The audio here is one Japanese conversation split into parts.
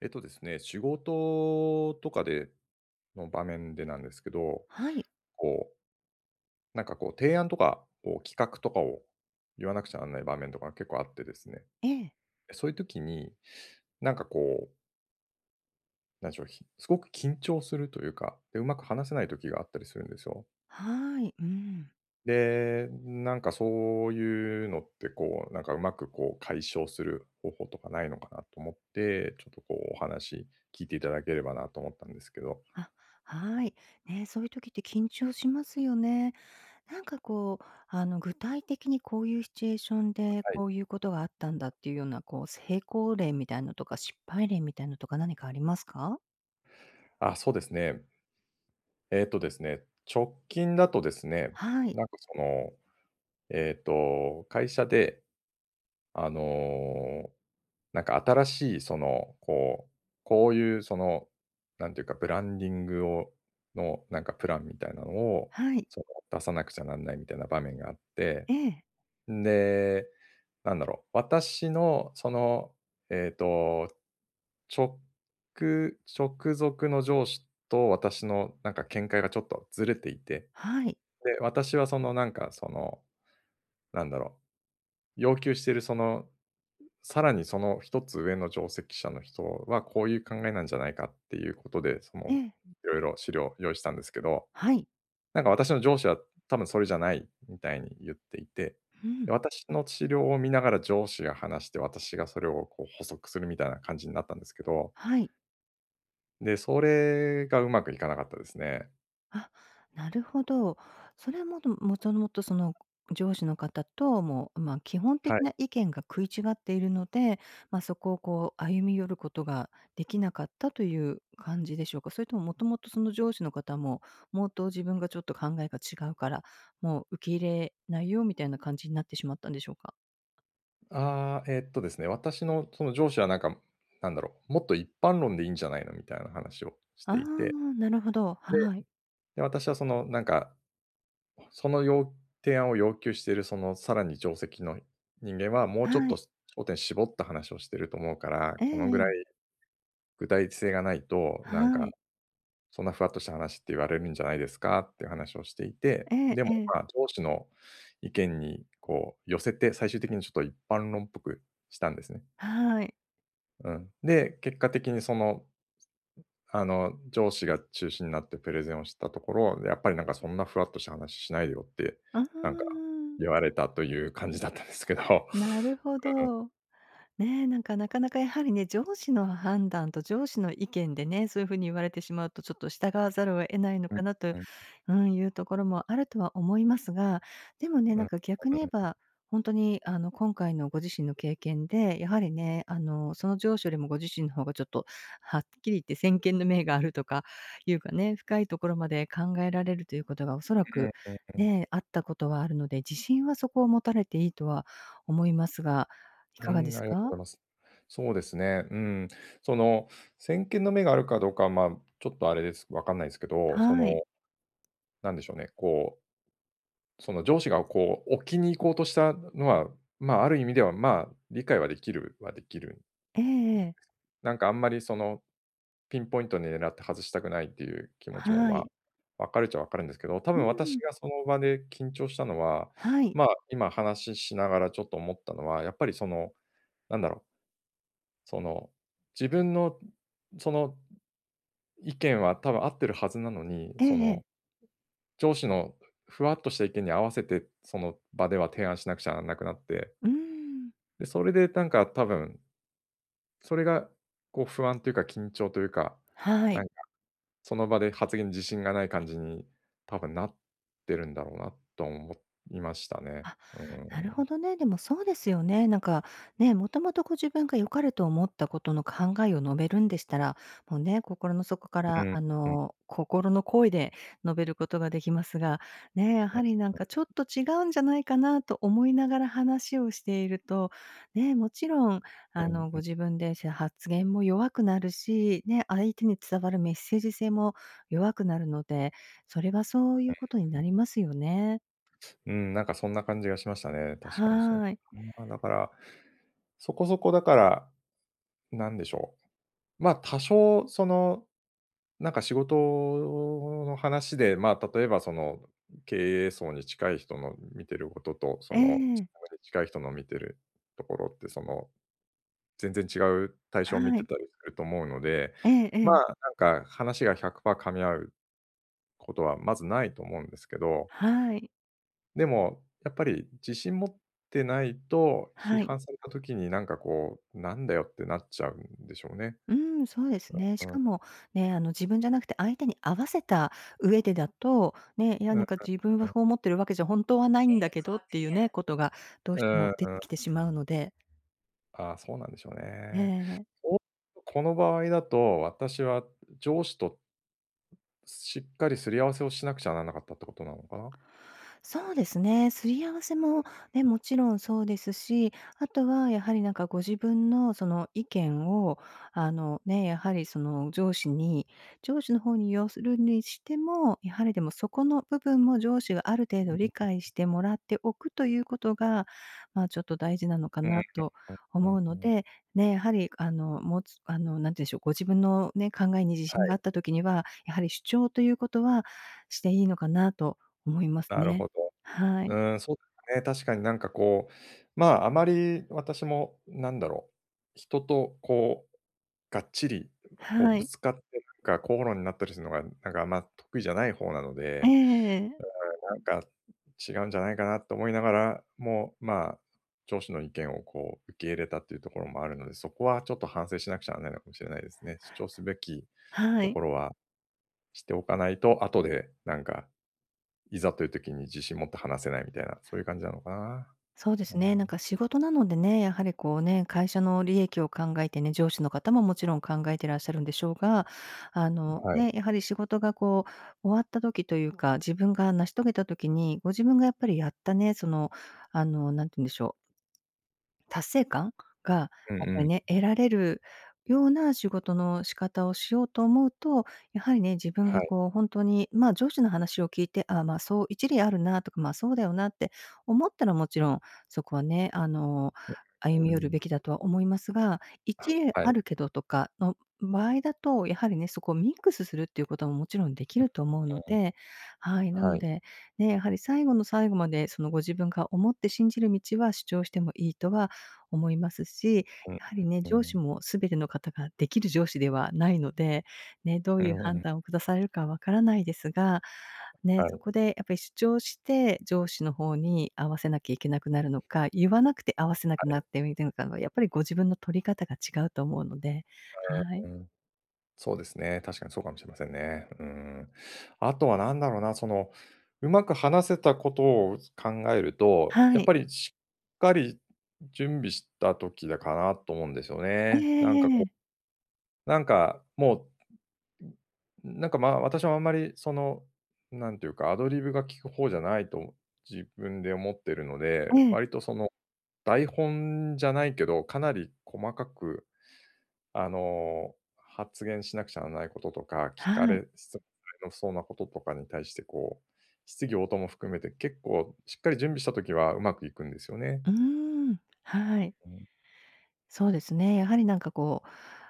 えっとですね、仕事とかでの場面でなんですけど、はい。こう、なんかこう提案とか、こう企画とかを言わなくちゃならない場面とか結構あってですね。ええ。そういう時に、なんかこう、なんでしょう、すごく緊張するというか、で、うまく話せない時があったりするんですよ。はい。うん。で、なんかそういうのってこう、なんかうまくこう解消する方法とかないのかなと思って、ちょっとこうお話聞いていただければなと思ったんですけど。あ、はい。ね、そういう時って緊張しますよね。なんかこう、具体的にこういうシチュエーションで、はい。こういうことがあったんだっていうような、こう、成功例みたいのとか、失敗例みたいのとか何かありますか？あ、そうですね。えっとですね、直近だとですね、はい。なんかその、会社で、あの、なんか新しいその、こう、こういうその、なんていうか、ブランディングをのなんかプランみたいなのを、はい。その、出さなくちゃなんないみたいな場面があって、ええ。んで、なんだろう、私のその、えっと、直直属の上司と私のなんか見解がちょっとずれていて、はい。で、私はそのなんかその、なんだろう、要求してるその、さらにその一つ上の上席者の人はこういう考えなんじゃないかっていうことで、そえの、え。いろいろ資料を用意したんですけど、はい。なんか私の上司は多分それじゃないみたいに言っていて、うん。で、私の資料を見ながら上司が話して、私がそれをこう補足するみたいな感じになったんですけど、はい。で、それがうまくいかなかったですね。あ、なるほど。それはもともとその上司の方と、もう、まあ、基本は的い。な意見が食い違っているので、まあ、そこをこう歩み寄ることができなかったという感じでしょうか？それとも、もともとその上司の方も、もっと自分がちょっと考えが違うから、もう受け入れないよみたいな感じになってしまったんでしょうか？ああ、ですね、私のその上司はなんか、なんだろう、もっと一般論でいいんじゃないのみたいな話をしああ、ていて、なるほど。で、はい。私はそのなんか、その提案を要求しているそのさらに上席の人間はもうちょっはとい。焦点絞った話をしてると思うから、ええこのえぐらいえ。具体性がないと、なんはか、い。そんなふわっとした話って言われるんじゃないですかっていう話をしていて、ええでもえまえ。あ上司の意見にこう寄せて、最終的にちょっと一般論っぽくしたんですね。はい。うん。で、結果的にその、あの、上司が中心になってプレゼンをしたところ、やっぱりなんかそんなふわっとした話しないでよって、あなんかあ、言われたという感じだったんですけど。なるほど。ねえ、なんかなかなかやはりね、上司の判断と上司の意見でね、そういう風に言われてしまうと、ちょっと従わざるを得ないのうん、かなと、うん、うん、いうところもあるとは思いますが、でもね、うなんん。か逆に言えうば、本当に今回のご自身の経験で、やはりね、その上司よりもご自身の方がちょっとはっきり言って先見の明があるとかいうかね、深いところまで考えられるということがおそらん、くうん、うん。ね、あったことはあるので、自信はそこを持たれていいとは思いますが、いうかがーでん、すありがとうごか？ざいます。そうですね、うん。その、先見の目があるかどうかは、まあ、ちょっとあれです、わかんないですけど、そはい。の、なんでしょうね、こう、その上司がこう置きに行こうとしたのは、まあ、ある意味では、まあ、理解はできるはできる。ええええ。なんかあんまりその、ピンポイントに狙って外したくないっていう気持ちも、はまあ、い。分かるっちゃ分かるんですけど、多う分私ん。がその場で緊張したのは、はい。ま、今話ししながらちょっと思ったのは、やっぱりその、なんだろう、その、自分のその意見は多分合ってるはずなのに、えそえええ。の、上司のふわっとした意見に合わせて、その場では提案しなくちゃならなくなって、うーん。で、それでなんか多分、それがこう不安というか緊張というか、はない。んその場で発言に自信がない感じに、多分なってるんだろうなと思いましたね。あ、うなるほん。どね。でもそうですよね。なんか、ね、もともとご自分が良かれと思ったことの考えを述べるんでしたら、もうね、心の底かうら、ん。うん。心の声で述べることができますが、ね、やうん。はりなんかちょっと違うんじゃないかなと思いながら話をしていると、ね、もちろん、うん。ごうん。自分で発言も弱くなるし、ね、相手に伝わるメッセージ性も弱くなるので、それはそういうことになりますよね。うん、なんかそんな感じがしましたね。は確かにそう。ーい。ああ、だから、そこだから、なんでしょう。まあ、多少その、なんか仕事の話で、まあ、例えばその、経営層に近い人の見てることと、そえの、自え、分に近い人の見てるところって、その全然違う対象を見はてい。たりすると思うので、えええまあ、え、なんか話が100%噛み合うことはまずないと思うんですけど、はい、でもやっぱり自信持ってないと、批はい。判された時になんかこう、なんだよってなっちゃうんでしょうね。うーん、そうですね。うしかん。もね、自分じゃなくて相手に合わせた上でだと、ね、いや、うなん、んか自分うはん。そう思ってるわけじゃ本当はないんだけどっていうね、ことがどうしうてん、もうん。出てきてしまうので。ああ、そうなんでしょうえね。え。おこの場合だと、私は上司としっかりすり合わせをしなくちゃならなかったってことなのかな？そうですね。すり合わせもね、もちろんそうですし、あとはやはりなんかご自分のその意見を、ね、やはりその上司に、上司の方に要するにしても、やはりでもそこの部分も上司がある程う度理ん。解してもらっておくということが、まあちょっと大事なのかうん、なとう思ん、ううのん。で、ね、やはりもつ、あの、なんて言うんでしょう、ご自分のね、考えに自は信があい、ったときには、やはり主張ということはしていいのかなと思いますなるね。ほど。はうい。ーん、そうですね。確かになんかこう、まあ、あまり私もなんだろう、人とこう、がっちり、こはうぶい。つかってなんか口論になったりするのが、なんかあんま得意じゃない方なので、ええなんか違うんじゃないかなと思いながらも、まあ、上司の意見をこう受け入れたっていうところもあるので、そこはちょっと反省しなくちゃならないのかもしれないですね。主張すべきはとい。ころはしておかないと、後でなんかいざという時に自信持って話せないみたいな、そういう感じなのかな。そうでうすん、ね。なんか仕事なのでね、やはりこうね、会社の利益を考えてね、上司の方ももちろん考えてらっしゃるんでしょうが、はい。ね、やはり仕事がこう終わった時というか、自分が成し遂げた時に、ご自分がやっぱりやったね、なんて言うんでしょう達成感がやっうん、ぱうりん。ね、得られるような仕事の仕方をしようと思うと、やはりね、自分はがい。こう本当に、まあ、上司の話を聞いて、ああ、まあ、そう一理あるなとか、まあ、そうだよなって思ったらもちろん、そこはね、歩みう寄るん。べきだとは思いますが、一理はあい。るけどとかの場合だと、やはりね、そこをミックスするっていうことももちろんできると思うのうん。で、はい、なはのい。で、ね、やはり最後の最後までそのご自分が思って信じる道は主張してもいいとは思いますし、うん。やはりね、う上司ん。も全ての方ができる上司ではないので、ね、どうういうん、判うん。断を下されるかわからないですが、ね、はい、そはこでやっぱり主張して上司の方に合わせなきゃいけなくなるのか、言わなくて合わせなくなっい。てみるのかの、やっぱりご自分の取り方が違うと思うので、はい。うん。そうですね。確かにそうかもしれませんね。うん。あとは何だろうな、その、うまく話せたことを考えると、はやっい。ぱりしっかり準備した時だかなと思うんですよえね。ええなんかええこう、え。なんか、もうなんか、まあ、私はあんまりその、なんていうか、アドリブが効く方じゃないと自分で思ってるのえで、え。割とその、台本じゃないけど、かなり細かく、あの、発言しなくちゃならないこととか、聞はかい。れ質問されなそうなこととかに対して、こう、質疑応答も含めて結構しっかり準備したときはうまくいくんですよね。うーん。はい。そうですね。やはりなんかこう、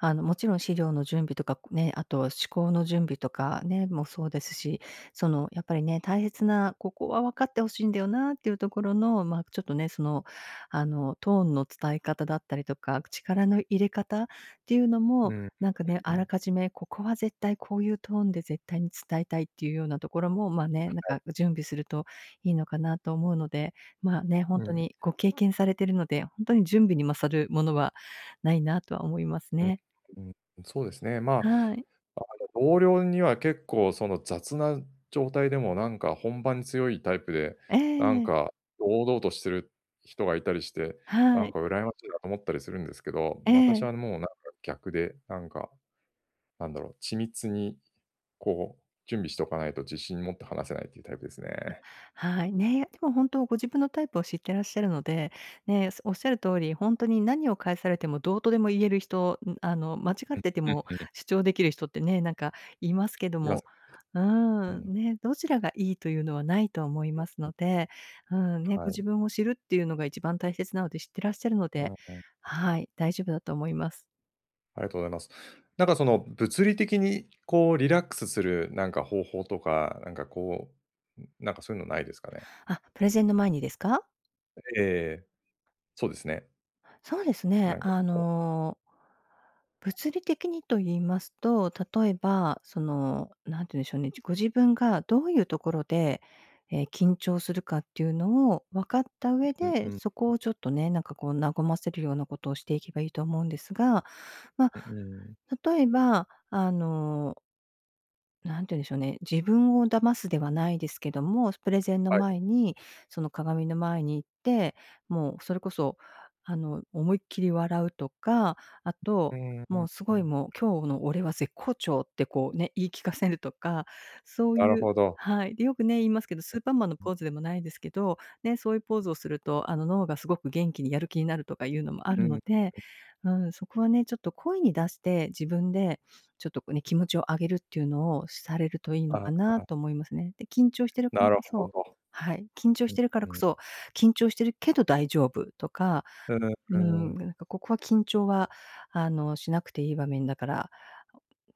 もちろん資料の準備とかね、あと思考の準備とかね、もそうですし、その、やっぱりね、大切な、ここは分かってほしいんだよなっていうところの、まあ、ちょっとね、トーンの伝え方だったりとか、力の入れ方っていうのうも、ん、なんかね、うあらん。かじめ、ここは絶対こういうトーンで絶対に伝えたいっていうようなところも、まあね、なんか準備するといいのかなと思うので。まあね、本う当ん、にご経験されてるので、本当に準備に勝るものはないなとは思いますね。うん、うん、そうですね。まあ、はい。あの、同僚には結構その雑な状態でもなんか本番に強いタイプで、えなんえ。か堂々としてる人がいたりして、はなんい。か羨ましいなと思ったりするんですけど、え私はえ。もうなんか逆で、なんか、なんだろう、緻密にこう準備しておかないと自信持って話せないっていうタイプですね。はい。ね、でも本当ご自分のタイプを知ってらっしゃるので、ね、おっしゃる通り、本当に何を返されてもどうとでも言える人、間違っててうん、もうん。主張できる人ってね、なんかいますけどいまも、す。ううん、ん、ね、どちらがいいというのはないと思いますので、うん、ね、ごは自い。分を知るっていうのが一番大切なので知ってらっしゃるのうで、ん、うん。はい、大丈夫だと思います。ありがとうございます。なんかその物理的にこうリラックスするなんか方法とか、なんかこう、なんかそういうのないですかね？あ、プレゼンの前にですか？ええ、そうですね。そうですね。なんかこ物理的にと言いますと、例えば、その、なんて言うんでしょうね、ご自分がどういうところで、緊張するかっていうのを分かった上う、うん、で、うん、そこをちょっとね、なんかこう和ませるようなことをしていけばいいと思うんですが、まあ、うん、うん。例えば、なんて言うんでしょうね、自分を騙すではないですけども、プレゼンのはい。前に、その鏡の前に行って、もうそれこそ、思いっきり笑うとか、あうと、ーん、もうすうごいん。もう今日の俺は絶好調ってこうね、言い聞かせるとか、そうなるいうほど。はい。で、よくね、言いますけど、スーパーマンのポーズでもないですけど、ね、そういうポーズをすると、脳がすごく元気にやる気になるとかいうのもあうるん、のうん、で、うん、そこはね、ちょっと声に出して、自分でちょっとこうね、気持ちを上げるっていうのをされるといいのかあ、なと思いますね。で、緊張してるからなこるほそど。はい、緊張うしん、てるからうこん。そ、緊張してるけど大丈夫とか、うーん、うーうん、ん。なんかここは緊張は、しなくていい場面だから、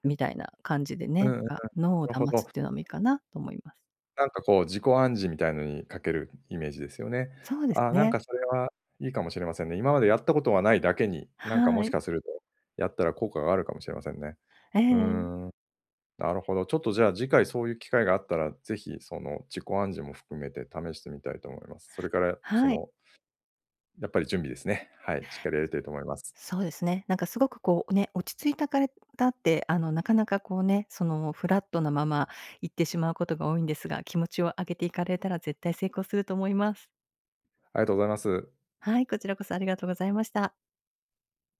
みたいな感じでうん、ね、うん、はい、ううん、うん、脳をなる騙ほど、うん、あ、なるほど、うん、うん、うん、うん、うん、うん。なするほっど。ていうのもいいかなと思います。なんかこう、自己暗示みたいのにかけるイメージですよね。そうですああ、なんね。かそれはいいかもしれませんね。今までやったことはないだけに、なんかもはしい。かすると、やったら効果があるかもしれませんね。えうーえ、ん、なるほど。ちょっとじゃあ次回そういう機会があったら、ぜひその自己暗示も含めて試してみたいと思います。それからそはい。の、やっぱり準備ですね。はい、しっかりやりたいと思います。そうですね。なんかすごくこうね、落ち着いたからって、なかなかこうね、そのフラットなまま行ってしまうことが多いんですが、気持ちを上げていかれたら絶対成功すると思います。ありがとうございます。はい、こちらこそありがとうございました。